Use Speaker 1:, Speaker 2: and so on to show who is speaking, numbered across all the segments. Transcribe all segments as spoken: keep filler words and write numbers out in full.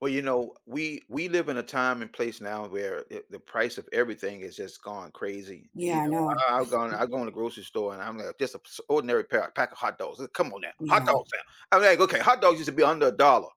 Speaker 1: Well, you know, we we live in a time and place now where the, the price of everything has just gone crazy. You
Speaker 2: Yeah, I know.
Speaker 1: know, I, I'll go I go in the grocery store and I'm like just an ordinary pair, pack of hot dogs. Come on now, hot
Speaker 2: Yeah.
Speaker 1: dogs now. I'm like, okay, hot dogs used to be under a dollar,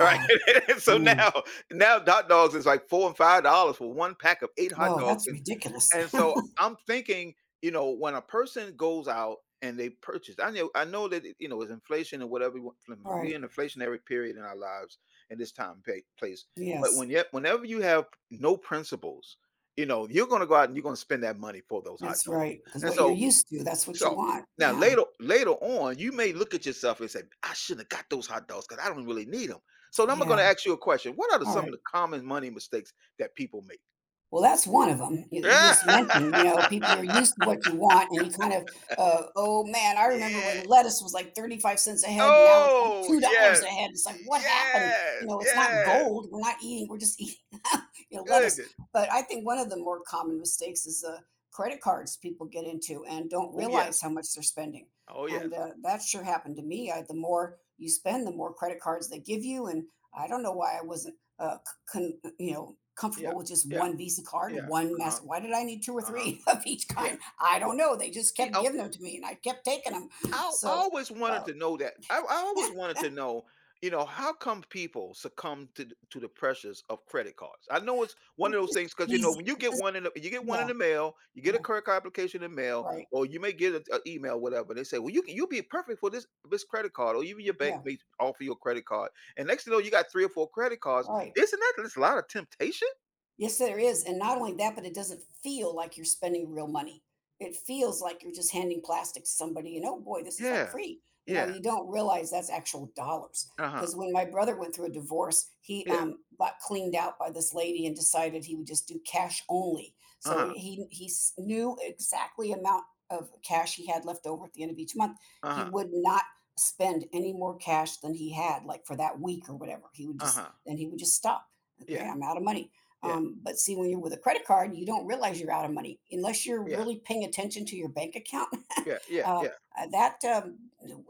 Speaker 1: right? And so
Speaker 2: Mm.
Speaker 1: now, now hot dogs is like four and five dollars for one pack of eight hot
Speaker 2: Well,
Speaker 1: dogs,
Speaker 2: that's
Speaker 1: and
Speaker 2: ridiculous.
Speaker 1: and so I'm thinking, you know, when a person goes out and they purchase, I know I know that it- you know it's inflation and whatever. we want- we
Speaker 2: Right.
Speaker 1: in inflationary period in our lives in this time pa place. But
Speaker 2: Yes.
Speaker 1: when yet, whenever you have no principles, you know, you're gonna go out and you're gonna spend that money for those hot
Speaker 2: That's
Speaker 1: dogs.
Speaker 2: right. Because
Speaker 1: And
Speaker 2: what you're
Speaker 1: so
Speaker 2: used to, that's what you
Speaker 1: so
Speaker 2: want.
Speaker 1: now
Speaker 2: Yeah.
Speaker 1: later later on, you may look at yourself and say, I shouldn't have got those hot dogs because I don't really need them. So now I'm
Speaker 2: Yeah.
Speaker 1: gonna ask you a question. What are the, some of
Speaker 2: Alright.
Speaker 1: the common money mistakes that people make?
Speaker 2: Well, that's one of 'em. You you just mentioned, you know, people you're used to what you want, and you kind of, uh, "Oh, man, I remember when
Speaker 1: Yeah.
Speaker 2: lettuce was, like, thirty-five cents a head, and now it's, like,
Speaker 1: Oh,
Speaker 2: two dollars
Speaker 1: yes.
Speaker 2: a head." It's like, "What happened?"
Speaker 1: Yes.
Speaker 2: You know, it's not
Speaker 1: Yes.
Speaker 2: gold. We're not eating, we're just eating, you know, lettuce.
Speaker 1: Goodness.
Speaker 2: But I think one of the more common mistakes is, uh, credit cards people get into and don't
Speaker 1: Oh,
Speaker 2: realize
Speaker 1: yes.
Speaker 2: how much they're spending,
Speaker 1: Oh,
Speaker 2: and,
Speaker 1: yes.
Speaker 2: uh, that sure happened to me. I the more you spend, the more credit cards they give you, and I don't know why I wasn't uh, con, you know,
Speaker 1: Yeah.
Speaker 2: comfortable with just
Speaker 1: Yeah.
Speaker 2: one Visa card,
Speaker 1: Yeah.
Speaker 2: one
Speaker 1: Uh-huh.
Speaker 2: Master. Why did I need two or
Speaker 1: Uh-huh.
Speaker 2: three of each
Speaker 1: Yeah.
Speaker 2: kind? I
Speaker 1: Yeah.
Speaker 2: don't know. They just
Speaker 1: You
Speaker 2: kept
Speaker 1: know, I
Speaker 2: giving them to me, and I kept taking them.
Speaker 1: I
Speaker 2: So
Speaker 1: always wanted
Speaker 2: uh,
Speaker 1: to know that. I I always wanted to know, you know, how come people succumb to th to the pressures of credit cards? I know it's one
Speaker 2: it's
Speaker 1: of those
Speaker 2: just
Speaker 1: things because you know,
Speaker 2: easy.
Speaker 1: when you
Speaker 2: It
Speaker 1: get
Speaker 2: doesn't,
Speaker 1: one in the you get one in
Speaker 2: yeah,
Speaker 1: the mail, you get a
Speaker 2: yeah,
Speaker 1: credit card application in the mail,
Speaker 2: right,
Speaker 1: or you may get an email, whatever. They say, "Well, you can you'll be perfect for this this credit card," or even your bank
Speaker 2: yeah,
Speaker 1: may offer you a credit card. And next thing you know, you got three or four credit cards.
Speaker 2: right.
Speaker 1: Isn't that there's a lot of temptation?
Speaker 2: Yes, there is. And not only that, but it doesn't feel like you're spending real money. It feels like you're just handing plastic to somebody and oh boy, this is like
Speaker 1: Yeah.
Speaker 2: free. You know,
Speaker 1: Yeah.
Speaker 2: you don't realize that's actual dollars.
Speaker 1: Uh-huh.
Speaker 2: Because when my brother went through a divorce, he
Speaker 1: Yeah.
Speaker 2: um, got cleaned out by this lady and decided he would just do cash only. So
Speaker 1: Uh-huh.
Speaker 2: he he s- knew exactly amount of cash he had left over at the end of each month. He
Speaker 1: Uh-huh.
Speaker 2: would not spend any more cash than he had, like for that week or whatever. He would just
Speaker 1: Uh-huh.
Speaker 2: then he would just stop. Okay,
Speaker 1: Yeah.
Speaker 2: I'm out of money,
Speaker 1: Yeah.
Speaker 2: um, but see, when you're with a credit card, you don't realize you're out of money unless you're
Speaker 1: Yeah,
Speaker 2: really paying attention to your bank account.
Speaker 1: yeah, yeah,
Speaker 2: Uh,
Speaker 1: yeah.
Speaker 2: uh, that um,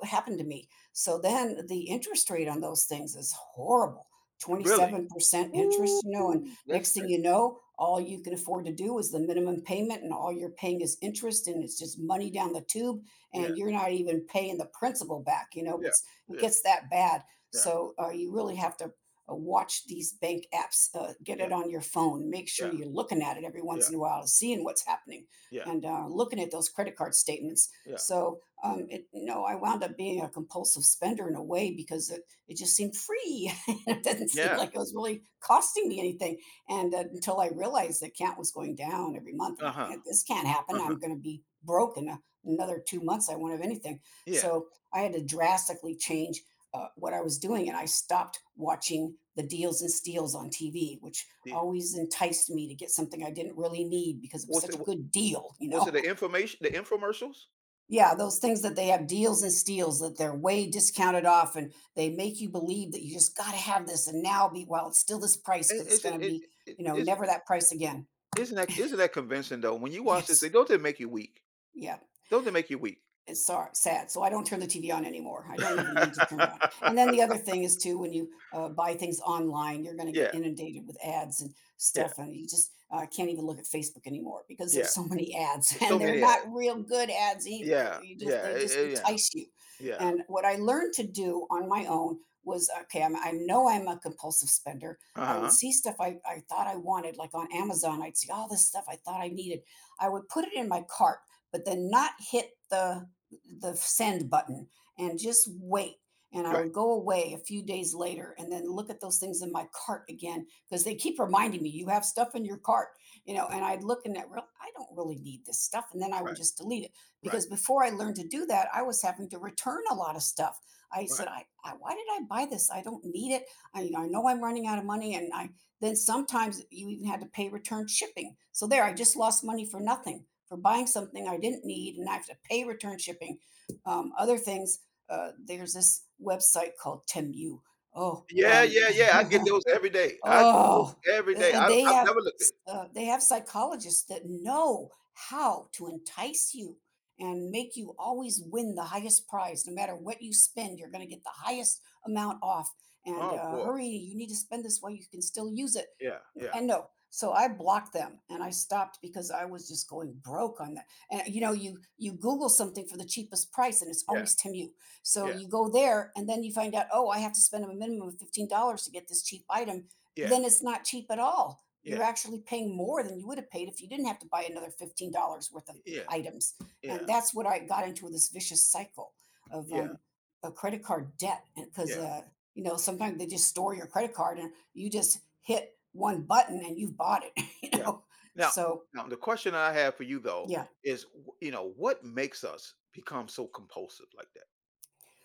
Speaker 2: Happened to me. So then the interest rate on those things is horrible,
Speaker 1: Really?
Speaker 2: twenty-seven percent
Speaker 1: Woo!
Speaker 2: interest, you know. And
Speaker 1: That's
Speaker 2: next thing
Speaker 1: crazy.
Speaker 2: you know, all you can afford to do is the minimum payment, and all you're paying is interest, and it's just money down the tube,
Speaker 1: Yeah,
Speaker 2: and you're not even paying the principal back, you know. But
Speaker 1: yeah,
Speaker 2: it's, it
Speaker 1: yeah,
Speaker 2: gets that bad.
Speaker 1: yeah,
Speaker 2: So uh, you really have to uh, watch these bank apps, uh, get
Speaker 1: yeah,
Speaker 2: it on your phone, make sure
Speaker 1: yeah,
Speaker 2: you're looking at it every once
Speaker 1: yeah,
Speaker 2: in a while, seeing what's happening,
Speaker 1: yeah,
Speaker 2: and uh, looking at those credit card statements,
Speaker 1: yeah,
Speaker 2: so, um, it, you know, I wound up being a compulsive spender in a way because it, it just seemed free. It didn't seem
Speaker 1: yeah.
Speaker 2: like it was really costing me anything. And uh, until I realized the count was going down every month, and I thought, "Eh,
Speaker 1: Uh-huh,
Speaker 2: this can't happen.
Speaker 1: uh-huh.
Speaker 2: I'm going to be broke in a, another two months. I won't have anything."
Speaker 1: Yeah.
Speaker 2: So I had to drastically change uh, what I was doing, and I stopped watching the deals and steals on T V, which
Speaker 1: The
Speaker 2: always enticed me to get something I didn't really need because it was
Speaker 1: was
Speaker 2: such
Speaker 1: it
Speaker 2: a good deal, you
Speaker 1: was it
Speaker 2: know.
Speaker 1: the information the infomercials?
Speaker 2: Yeah, those things that they have deals and steals that they're way discounted off, and they make you believe that you just gotta have this and now be while it's still this price
Speaker 1: I
Speaker 2: because it's
Speaker 1: isn't
Speaker 2: gonna
Speaker 1: it
Speaker 2: be,
Speaker 1: it
Speaker 2: you know,
Speaker 1: isn't
Speaker 2: never that price again.
Speaker 1: isn't that isn't that convincing though? When you watch this, they
Speaker 2: Yes.
Speaker 1: don't they make you weak?
Speaker 2: Yeah.
Speaker 1: Don't they make you weak?
Speaker 2: It's sor sad, so I don't turn the T V on anymore. I don't even need to turn one. And then the other thing is too, when you, uh, buy things online, you're gonna get
Speaker 1: Yeah,
Speaker 2: inundated with ads and
Speaker 1: yeah,
Speaker 2: stuff, and you just, uh, can't even look at Facebook anymore because
Speaker 1: yeah.
Speaker 2: there's so many ads,
Speaker 1: It's so
Speaker 2: and they're
Speaker 1: many
Speaker 2: not
Speaker 1: ads.
Speaker 2: real good ads either.
Speaker 1: Yeah,
Speaker 2: You just
Speaker 1: yeah,
Speaker 2: They
Speaker 1: eh,
Speaker 2: just
Speaker 1: eh, yeah,
Speaker 2: entice you.
Speaker 1: yeah.
Speaker 2: And what I learned to do on my own was, okay, I'm I know I'm a compulsive spender. I would
Speaker 1: Uh-huh.
Speaker 2: see stuff I I thought I wanted, like on Amazon, I'd see all this stuff I thought I needed. I would put it in my cart, but then not hit the the send button and just wait. And I
Speaker 1: Right,
Speaker 2: would go away a few days later and then look at those things in my cart again because they keep reminding me you have stuff in your cart, you know. And I'd look in that, real, I don't really need this stuff, and then I would
Speaker 1: right,
Speaker 2: just delete it,
Speaker 1: right,
Speaker 2: because before I learned to do that, I was having to return a lot of stuff. I said,
Speaker 1: right.
Speaker 2: I, I why did I buy this? I don't need it. I, you know, I know I'm running out of money, and I then sometimes you even had to pay return shipping. So there, I just lost money for nothing for buying something I didn't need, and I have to pay return shipping. Um, other things, uh, there's this website called Temu. Oh,
Speaker 1: Yeah,
Speaker 2: um,
Speaker 1: yeah, yeah, I get those every day. I get those
Speaker 2: oh,
Speaker 1: every day.
Speaker 2: and
Speaker 1: I
Speaker 2: they
Speaker 1: I've
Speaker 2: have
Speaker 1: never looked at.
Speaker 2: uh, they have psychologists that know how to entice you and make you always win the highest prize. No matter what you spend, you're going to get the highest amount off. And
Speaker 1: Oh,
Speaker 2: uh,
Speaker 1: boy.
Speaker 2: hurry, you need to spend this while you can still use it.
Speaker 1: Yeah, yeah,
Speaker 2: And no, so I blocked them and I stopped because I was just going broke on that. And you know, you you Google something for the cheapest price and it's
Speaker 1: yeah,
Speaker 2: always Temu. So
Speaker 1: yeah,
Speaker 2: you go there and then you find out, oh, I have to spend a minimum of fifteen dollars to get this cheap item.
Speaker 1: yeah,
Speaker 2: Then it's not cheap at all. You're
Speaker 1: yeah,
Speaker 2: actually paying more than you would have paid if you didn't have to buy another fifteen dollars worth of
Speaker 1: yeah,
Speaker 2: items. And
Speaker 1: yeah,
Speaker 2: that's what I got into, this vicious cycle of,
Speaker 1: yeah,
Speaker 2: um, a credit card debt, because
Speaker 1: yeah,
Speaker 2: uh, you know sometimes they just store your credit card and you just hit one button and you've bought it, you
Speaker 1: yeah.
Speaker 2: know?
Speaker 1: Now
Speaker 2: So,
Speaker 1: now the question I have for you though
Speaker 2: yeah.
Speaker 1: is, w you know, what makes us become so compulsive like that?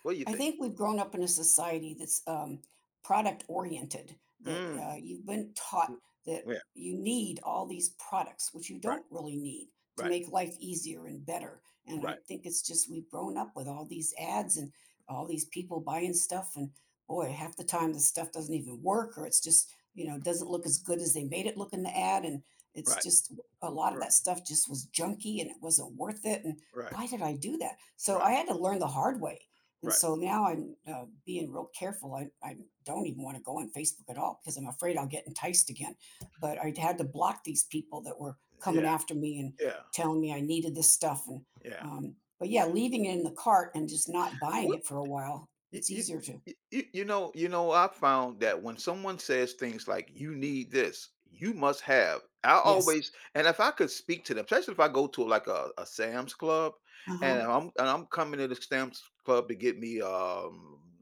Speaker 1: What do you
Speaker 2: I
Speaker 1: think?
Speaker 2: think we've grown up in a society that's um, product oriented, that
Speaker 1: Mm.
Speaker 2: uh, you've been taught
Speaker 1: Mm.
Speaker 2: that
Speaker 1: Yeah,
Speaker 2: you need all these products, which you
Speaker 1: right,
Speaker 2: don't really need, to
Speaker 1: right,
Speaker 2: make life easier and better. And I
Speaker 1: right,
Speaker 2: think it's just we've grown up with all these ads and all these people buying stuff. And boy, half the time the stuff doesn't even work or it's just, you know, doesn't look as good as they made it look in the ad. And it's
Speaker 1: right,
Speaker 2: just a lot of that
Speaker 1: right,
Speaker 2: stuff just was junky and it wasn't worth it. And
Speaker 1: right,
Speaker 2: why did I do that? So
Speaker 1: right,
Speaker 2: I had to learn the hard way, and
Speaker 1: right.
Speaker 2: so now I'm uh, being real careful. I, I don't even want to go on Facebook at all because I'm afraid I'll get enticed again. But I had to block these people that were coming
Speaker 1: Yeah,
Speaker 2: after me and
Speaker 1: yeah,
Speaker 2: telling me I needed this stuff. And
Speaker 1: yeah.
Speaker 2: um, but yeah, leaving it in the cart and just not buying it for a while,
Speaker 1: You,
Speaker 2: it's
Speaker 1: you,
Speaker 2: easier to.
Speaker 1: you, you know, you know, I found that when someone says things like "you need this," you must have. I
Speaker 2: Yes.
Speaker 1: always, and if I could speak to them, especially if I go to like a, a Sam's Club,
Speaker 2: Uh
Speaker 1: and
Speaker 2: huh.
Speaker 1: I'm and I'm coming to the Sam's Club to get me um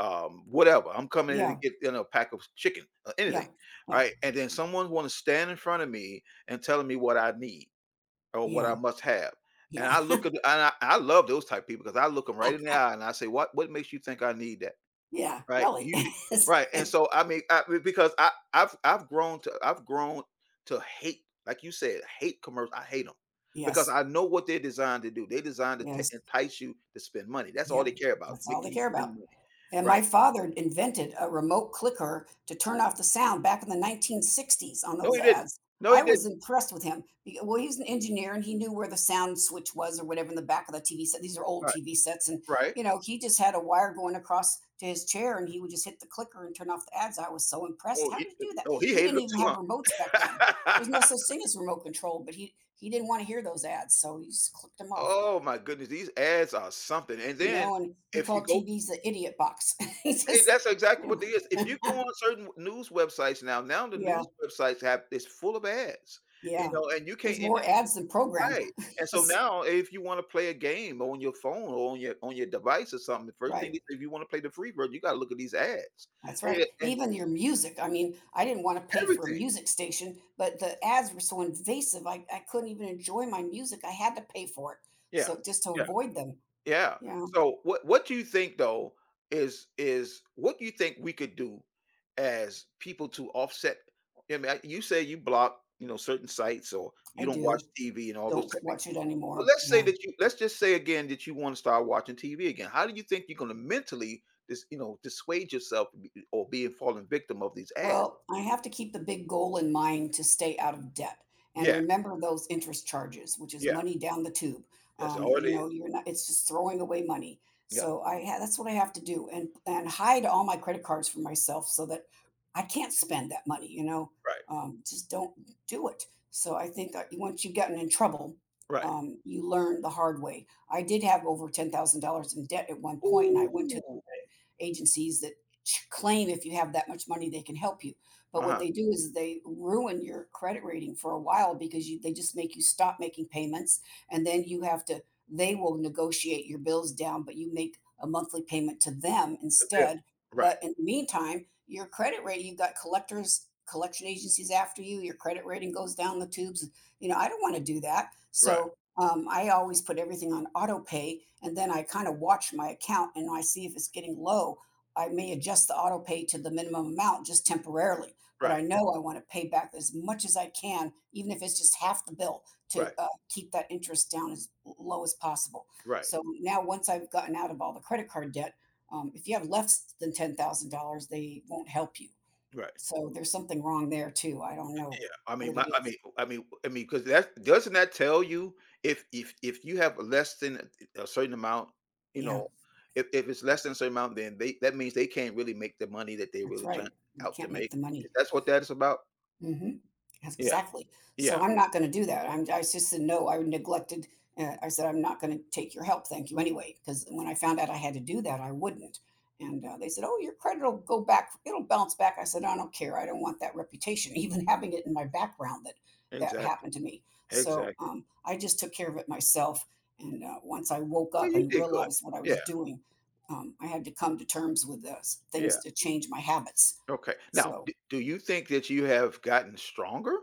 Speaker 1: um whatever. I'm coming in to
Speaker 2: Yeah.
Speaker 1: get you know a pack of chicken or
Speaker 2: Yeah.
Speaker 1: anything, all
Speaker 2: Yeah.
Speaker 1: right? And then someone want to stand in front of me and telling me what I need. Or what
Speaker 2: Yeah.
Speaker 1: I must have, and
Speaker 2: Yeah.
Speaker 1: I look at and I I love those type of people because I look them right in the eye and I say, "What what makes you think I need that?"
Speaker 2: Yeah.
Speaker 1: Right?
Speaker 2: Really.
Speaker 1: You thi Right, and so, I mean, I because I I've I've grown to I've grown to hate, like you said, hate commercials, I hate them because
Speaker 2: Yes.
Speaker 1: I know what they're designed to do. They're designed to t
Speaker 2: Yes.
Speaker 1: entice you to spend money. That's all they
Speaker 2: Yep,
Speaker 1: care about,
Speaker 2: that's all they
Speaker 1: making you
Speaker 2: care
Speaker 1: spend
Speaker 2: about.
Speaker 1: money,
Speaker 2: And my
Speaker 1: right?
Speaker 2: father invented a remote clicker to turn off the sound back in the nineteen sixties on
Speaker 1: No,
Speaker 2: those
Speaker 1: he didn't.
Speaker 2: ads.
Speaker 1: No,
Speaker 2: I
Speaker 1: he
Speaker 2: was
Speaker 1: didn't.
Speaker 2: impressed with him. be- Well, he was an engineer and he knew where the sound switch was or whatever in the back of the T V set. These are old
Speaker 1: Right,
Speaker 2: T V sets. And,
Speaker 1: right.
Speaker 2: you know, he just had a wire going across to his chair and he would just hit the clicker and turn off the ads. I was so impressed.
Speaker 1: Oh,
Speaker 2: How
Speaker 1: he
Speaker 2: did he do that?
Speaker 1: oh, he
Speaker 2: We
Speaker 1: hated
Speaker 2: didn't
Speaker 1: them
Speaker 2: even
Speaker 1: too,
Speaker 2: have remotes back then. There
Speaker 1: huh?
Speaker 2: was no such thing as remote control, but he, he didn't want to hear those ads. So he just clicked them off.
Speaker 1: Oh my goodness, these ads are something, and then
Speaker 2: No, and he
Speaker 1: if you
Speaker 2: called
Speaker 1: go
Speaker 2: T Vs the idiot box. He
Speaker 1: Hey,
Speaker 2: just
Speaker 1: that's exactly what they is. If
Speaker 2: yeah.
Speaker 1: you go on certain news websites now, now the
Speaker 2: Yeah,
Speaker 1: news websites have it's full of ads, you
Speaker 2: yeah.
Speaker 1: know, and you
Speaker 2: There's
Speaker 1: can't, and
Speaker 2: more ads than program.
Speaker 1: right, and so
Speaker 2: That's
Speaker 1: now if you wanna play a game on your phone or on your on your device or something, the first thing
Speaker 2: right.
Speaker 1: is if you wanna play the free version, you gotta look at these ads,
Speaker 2: That's
Speaker 1: and
Speaker 2: right.
Speaker 1: and
Speaker 2: Even your music. I mean, I didn't wanna pay for a
Speaker 1: everything.
Speaker 2: music station, but the ads were so invasive, I I couldn't even enjoy my music. I had to pay for it.
Speaker 1: Yeah.
Speaker 2: So just to
Speaker 1: Yeah.
Speaker 2: avoid them.
Speaker 1: Yeah.
Speaker 2: Yeah,
Speaker 1: So what what do you think though is is what do you think we could do as people to offset. I mean, I- you say you block, you know, certain sites or
Speaker 2: I
Speaker 1: you don't watch
Speaker 2: do.
Speaker 1: T V and all those
Speaker 2: Don't
Speaker 1: type of things.
Speaker 2: watch it
Speaker 1: But
Speaker 2: anymore.
Speaker 1: let's say
Speaker 2: Yeah.
Speaker 1: that you let's just say again that you want to start watching T V again. How do you think you're going to mentally dis, you know, dissuade yourself from be- or being fallen victim of these ads?
Speaker 2: Well, I have to keep the big goal in mind to stay out of debt and
Speaker 1: Yeah.
Speaker 2: remember those interest charges, which is
Speaker 1: Yeah.
Speaker 2: money down the tube.
Speaker 1: That's
Speaker 2: Um,
Speaker 1: all it
Speaker 2: you
Speaker 1: is.
Speaker 2: know, you're not, it's just throwing away money.
Speaker 1: Yeah.
Speaker 2: So I ha- that's what I have to do, and and hide all my credit cards for myself so that I can't spend that money, you know.
Speaker 1: Right.
Speaker 2: Um, just don't do it. So I think that once you've gotten in trouble,
Speaker 1: Right.
Speaker 2: um, you learn the hard way. I did have over ten thousand dollars in debt at one point and I went to
Speaker 1: Ooh.
Speaker 2: agencies that claim if you have that much money, they can help you. But what
Speaker 1: Uh-huh.
Speaker 2: they do is they ruin your credit rating for a while because you, they just make you stop making payments. And then you have to, they will negotiate your bills down, but you make a monthly payment to them
Speaker 1: Yeah.
Speaker 2: instead.
Speaker 1: Right.
Speaker 2: But in the meantime, your credit rating, you've got collectors, collection agencies after you, your credit rating goes down the tubes. You know, I don't want to do that.
Speaker 1: Right.
Speaker 2: So um, I always put everything on auto pay, and then I kind of watch my account and I see if it's getting low. I may adjust the auto pay to the minimum amount just temporarily, but I
Speaker 1: Right.
Speaker 2: know I want to pay back as much as I can, even if it's just half the bill, to
Speaker 1: Right.
Speaker 2: uh, keep that interest down as low as possible.
Speaker 1: Right.
Speaker 2: So now, once I've gotten out of all the credit card debt, um, if you have less than ten thousand dollars, they won't help you.
Speaker 1: Right.
Speaker 2: So there's something wrong there too. I don't know
Speaker 1: Yeah. I mean,
Speaker 2: what
Speaker 1: my,
Speaker 2: it
Speaker 1: I
Speaker 2: is.
Speaker 1: mean, I mean, I mean, because that doesn't that tell you if if if you have less than a certain amount, you
Speaker 2: Yeah,
Speaker 1: know, if, if it's less than a certain amount, then they that means they can't really make the money that they
Speaker 2: that's
Speaker 1: really trying
Speaker 2: right. They
Speaker 1: out to
Speaker 2: can't make
Speaker 1: make.
Speaker 2: the money.
Speaker 1: If That's what that is about.
Speaker 2: Mhm. Yes,
Speaker 1: Yeah.
Speaker 2: exactly. So
Speaker 1: Yeah.
Speaker 2: I'm not gonna do that. I'm I just said, "No." I neglected, uh, I said, "I'm not gonna take your help, thank you anyway." Because when I found out I had to do that, I wouldn't. And, uh, they said, "Oh, your credit will go back it'll bounce back." I said, "I don't care. I don't want that reputation," even having it in my background that that
Speaker 1: Exactly.
Speaker 2: happened to me. So,
Speaker 1: Exactly.
Speaker 2: um, I just took care of it myself, and, uh, once I woke
Speaker 1: Well,
Speaker 2: up
Speaker 1: you
Speaker 2: and
Speaker 1: did good.
Speaker 2: realized what I
Speaker 1: Yeah.
Speaker 2: was doing, um, I had to come to terms with, uh, things
Speaker 1: Yeah.
Speaker 2: to change my habits.
Speaker 1: Okay. Now,
Speaker 2: So.
Speaker 1: d- do you think that you have gotten stronger?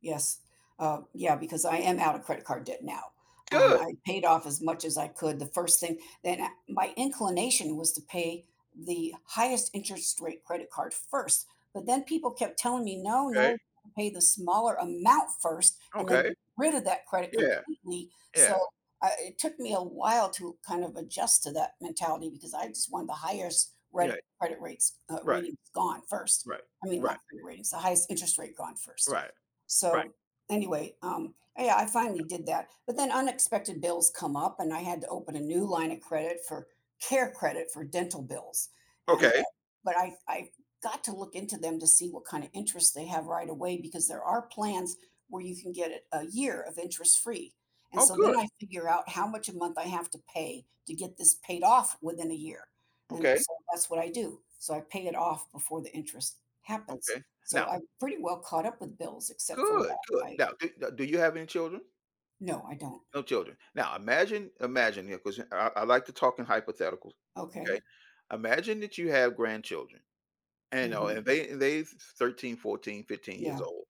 Speaker 2: Yes. Uh, yeah, because I am out of credit card debt now. Um,
Speaker 1: Good.
Speaker 2: I paid off as much as I could. The first thing then I- my inclination was to pay the highest interest rate credit card first, but then people kept telling me, no,
Speaker 1: Okay.
Speaker 2: no, pay the smaller amount first and then
Speaker 1: Okay.
Speaker 2: get rid of that credit
Speaker 1: Yeah.
Speaker 2: completely. So
Speaker 1: Yeah.
Speaker 2: I, it took me a while to kind of adjust to that mentality because I just wanted the highest
Speaker 1: Yeah.
Speaker 2: credit, credit rates uh,
Speaker 1: Right.
Speaker 2: ratings gone first.
Speaker 1: Right.
Speaker 2: I mean,
Speaker 1: Right.
Speaker 2: not credit ratings, the highest interest rate gone first.
Speaker 1: Right. Right.
Speaker 2: So anyway, um, yeah, I finally did that. But then unexpected bills come up, and I had to open a new line of credit for care credit for dental bills. And uh,
Speaker 1: Okay.
Speaker 2: but I I got to look into them to see what kind of interest they have right away because there are plans where you can get a a year of interest free. And
Speaker 1: Oh,
Speaker 2: so then
Speaker 1: good.
Speaker 2: I figure out how much a month I have to pay to get this paid off within a year. And
Speaker 1: Okay,
Speaker 2: so that's what I do. So I pay it off before the interest happens.
Speaker 1: okay.
Speaker 2: So
Speaker 1: Now
Speaker 2: I'm pretty well caught up with bills except for
Speaker 1: good,
Speaker 2: that.
Speaker 1: good.
Speaker 2: I
Speaker 1: Now do do you have any children?
Speaker 2: No, I don't.
Speaker 1: No children. Now imagine imagine, yeah, 'cause I I like to talk in hypotheticals,
Speaker 2: Okay.
Speaker 1: okay? Imagine that you have grandchildren, and, uh,
Speaker 2: Mhm.
Speaker 1: and they they thirteen, fourteen, fifteen years
Speaker 2: Yeah,
Speaker 1: old,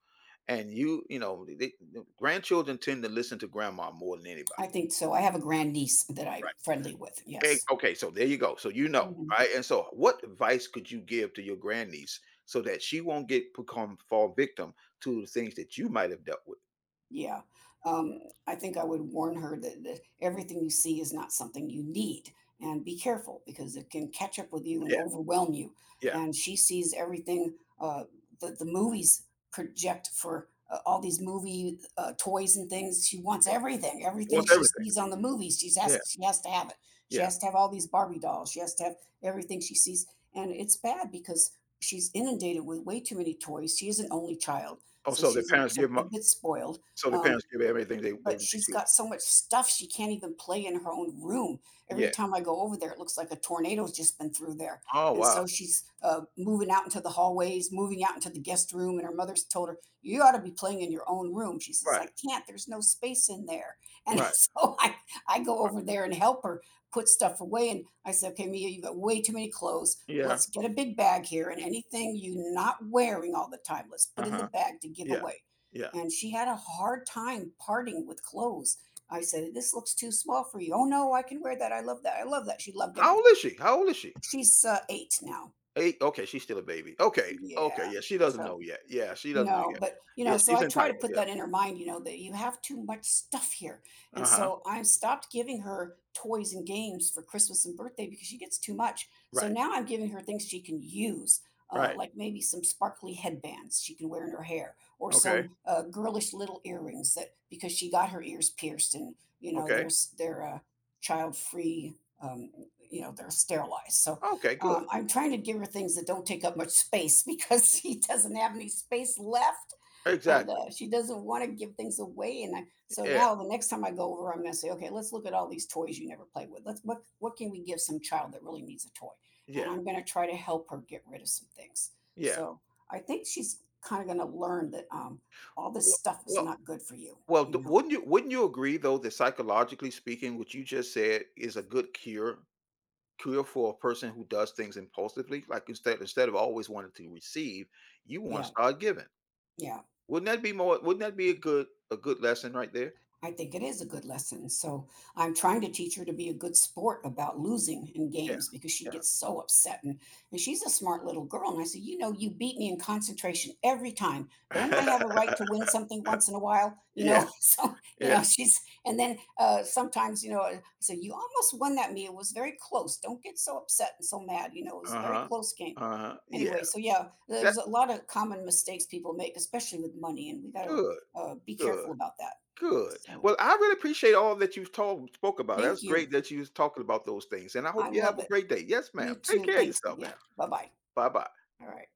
Speaker 1: and you you know, they the grandchildren tend to listen to grandma more than
Speaker 2: I
Speaker 1: anybody,
Speaker 2: think so. I have a grandniece that I'm
Speaker 1: right?
Speaker 2: friendly with.
Speaker 1: Hey,
Speaker 2: Yes.
Speaker 1: okay, so there you go. So you know,
Speaker 2: Mhm.
Speaker 1: right? And so what advice could you give to your grandniece so that she won't get become fall victim to the things that you might have dealt with?
Speaker 2: Yeah. Um, I think I would warn her that, that everything you see is not something you need. And be careful because it can catch up with you and overwhelm you.
Speaker 1: Yeah.
Speaker 2: And she sees everything uh, that the movies project for uh, all these movie uh, toys and things. She wants everything. Everything
Speaker 1: Wants
Speaker 2: she
Speaker 1: everything.
Speaker 2: sees on the movies, she's
Speaker 1: Yeah,
Speaker 2: asked, she has to have it. She
Speaker 1: yeah.
Speaker 2: has to have all these Barbie dolls. She has to have everything she sees. And it's bad because she's inundated with way too many toys. She is an only child.
Speaker 1: Oh,
Speaker 2: So
Speaker 1: so their
Speaker 2: she's a,
Speaker 1: parents
Speaker 2: so,
Speaker 1: give them.
Speaker 2: a bit spoiled,
Speaker 1: So their
Speaker 2: um,
Speaker 1: parents give her everything they
Speaker 2: but
Speaker 1: everything
Speaker 2: she's
Speaker 1: she
Speaker 2: got
Speaker 1: wants.
Speaker 2: so much stuff she can't even play in her own room. Every
Speaker 1: Yeah.
Speaker 2: time I go over there, it looks like a tornado's just been through there.
Speaker 1: Oh,
Speaker 2: And
Speaker 1: wow.
Speaker 2: so she's uh, moving out into the hallways, moving out into the guest room. And her mother's told her, "You ought to be playing in your own room." She says, "I
Speaker 1: Right,
Speaker 2: can't. There's no space in there." And
Speaker 1: right.
Speaker 2: so I, I go over there and help her put stuff away. And I said, "Okay, Mia, you've got way too many clothes.
Speaker 1: Yeah.
Speaker 2: Let's get a big bag here. And anything you're not wearing all the time, let's put in the
Speaker 1: Uh-huh.
Speaker 2: bag to give
Speaker 1: Yeah,
Speaker 2: away,"
Speaker 1: yeah.
Speaker 2: and she had a hard time parting with clothes. I said, "This looks too small for you." "Oh no, I can wear that. I love that. I love that." She loved
Speaker 1: How old
Speaker 2: everything.
Speaker 1: is she? How old is she?
Speaker 2: She's uh, eight now.
Speaker 1: eight? Okay, she's still a baby. Okay,
Speaker 2: Yeah.
Speaker 1: okay, yeah, she doesn't
Speaker 2: So
Speaker 1: know yet. Yeah, she doesn't know
Speaker 2: no,
Speaker 1: yet.
Speaker 2: but, you know,
Speaker 1: Yeah,
Speaker 2: so
Speaker 1: she's
Speaker 2: I try to
Speaker 1: entitled,
Speaker 2: put
Speaker 1: yeah.
Speaker 2: that in her mind, you know, that you have too much stuff here. And
Speaker 1: Uh-huh.
Speaker 2: so I stopped giving her toys and games for Christmas and birthday because she gets too much. So
Speaker 1: Right,
Speaker 2: now I'm giving her things she can use, uh,
Speaker 1: right.
Speaker 2: like maybe some sparkly headbands she can wear in her hair or
Speaker 1: Okay,
Speaker 2: some uh, girlish little earrings that because she got her ears pierced and, you know, they're,
Speaker 1: okay.
Speaker 2: s- they're uh, child free, um, you know, they're sterilized. So
Speaker 1: Okay, good.
Speaker 2: um, I'm trying to give her things that don't take up much space because she doesn't have any space left, and
Speaker 1: Exactly.
Speaker 2: uh, she doesn't want to give things away. And I, so
Speaker 1: Yeah,
Speaker 2: now the next time I go over, I'm going to say, "Okay, let's look at all these toys you never played with. Let's what what can we give some child that really needs a toy?" And
Speaker 1: yeah,
Speaker 2: I'm going to try to help her get rid of some things.
Speaker 1: yeah.
Speaker 2: So I think she's kind of going to learn that um, all this
Speaker 1: Well
Speaker 2: stuff is
Speaker 1: well
Speaker 2: not good for you.
Speaker 1: Well,
Speaker 2: You
Speaker 1: d
Speaker 2: know,
Speaker 1: wouldn't you wouldn't you agree though that psychologically speaking, what you just said is a good cure cure for a person who does things impulsively? Like instead instead of always wanting to receive, you want to
Speaker 2: yeah,
Speaker 1: start giving.
Speaker 2: yeah.
Speaker 1: Wouldn't that be more wouldn't that be a good a good lesson right there?
Speaker 2: I think it is a good lesson. So I'm trying to teach her to be a good sport about losing in
Speaker 1: Yeah,
Speaker 2: games because she
Speaker 1: yeah.
Speaker 2: gets so upset. And, and she's a smart little girl. And I said, "You know, you beat me in concentration every time. Don't I have a right to win something once in a while?" You
Speaker 1: Yeah,
Speaker 2: know, so, you
Speaker 1: yeah.
Speaker 2: know, she's, and then uh, sometimes, you know, I said, "You almost won that meal. It was very close. Don't get so upset and so mad. You know, it was a very
Speaker 1: Uh-huh.
Speaker 2: close game."
Speaker 1: Uh-huh.
Speaker 2: Anyway,
Speaker 1: Yeah.
Speaker 2: so yeah,
Speaker 1: That
Speaker 2: there's a lot of common mistakes people make, especially with money. And we got to
Speaker 1: Good,
Speaker 2: uh, be careful
Speaker 1: good,
Speaker 2: about that.
Speaker 1: good.
Speaker 2: So.
Speaker 1: Well, I really appreciate all that you've told spoke about.
Speaker 2: Thank
Speaker 1: That's
Speaker 2: you.
Speaker 1: great that you was talking about those things. And I
Speaker 2: I
Speaker 1: hope you have
Speaker 2: love
Speaker 1: a
Speaker 2: it.
Speaker 1: great day. Yes, ma'am.
Speaker 2: You
Speaker 1: Take
Speaker 2: too.
Speaker 1: care of
Speaker 2: Thanks
Speaker 1: yourself now.
Speaker 2: again. Bye-bye.
Speaker 1: Bye-bye.
Speaker 2: All right.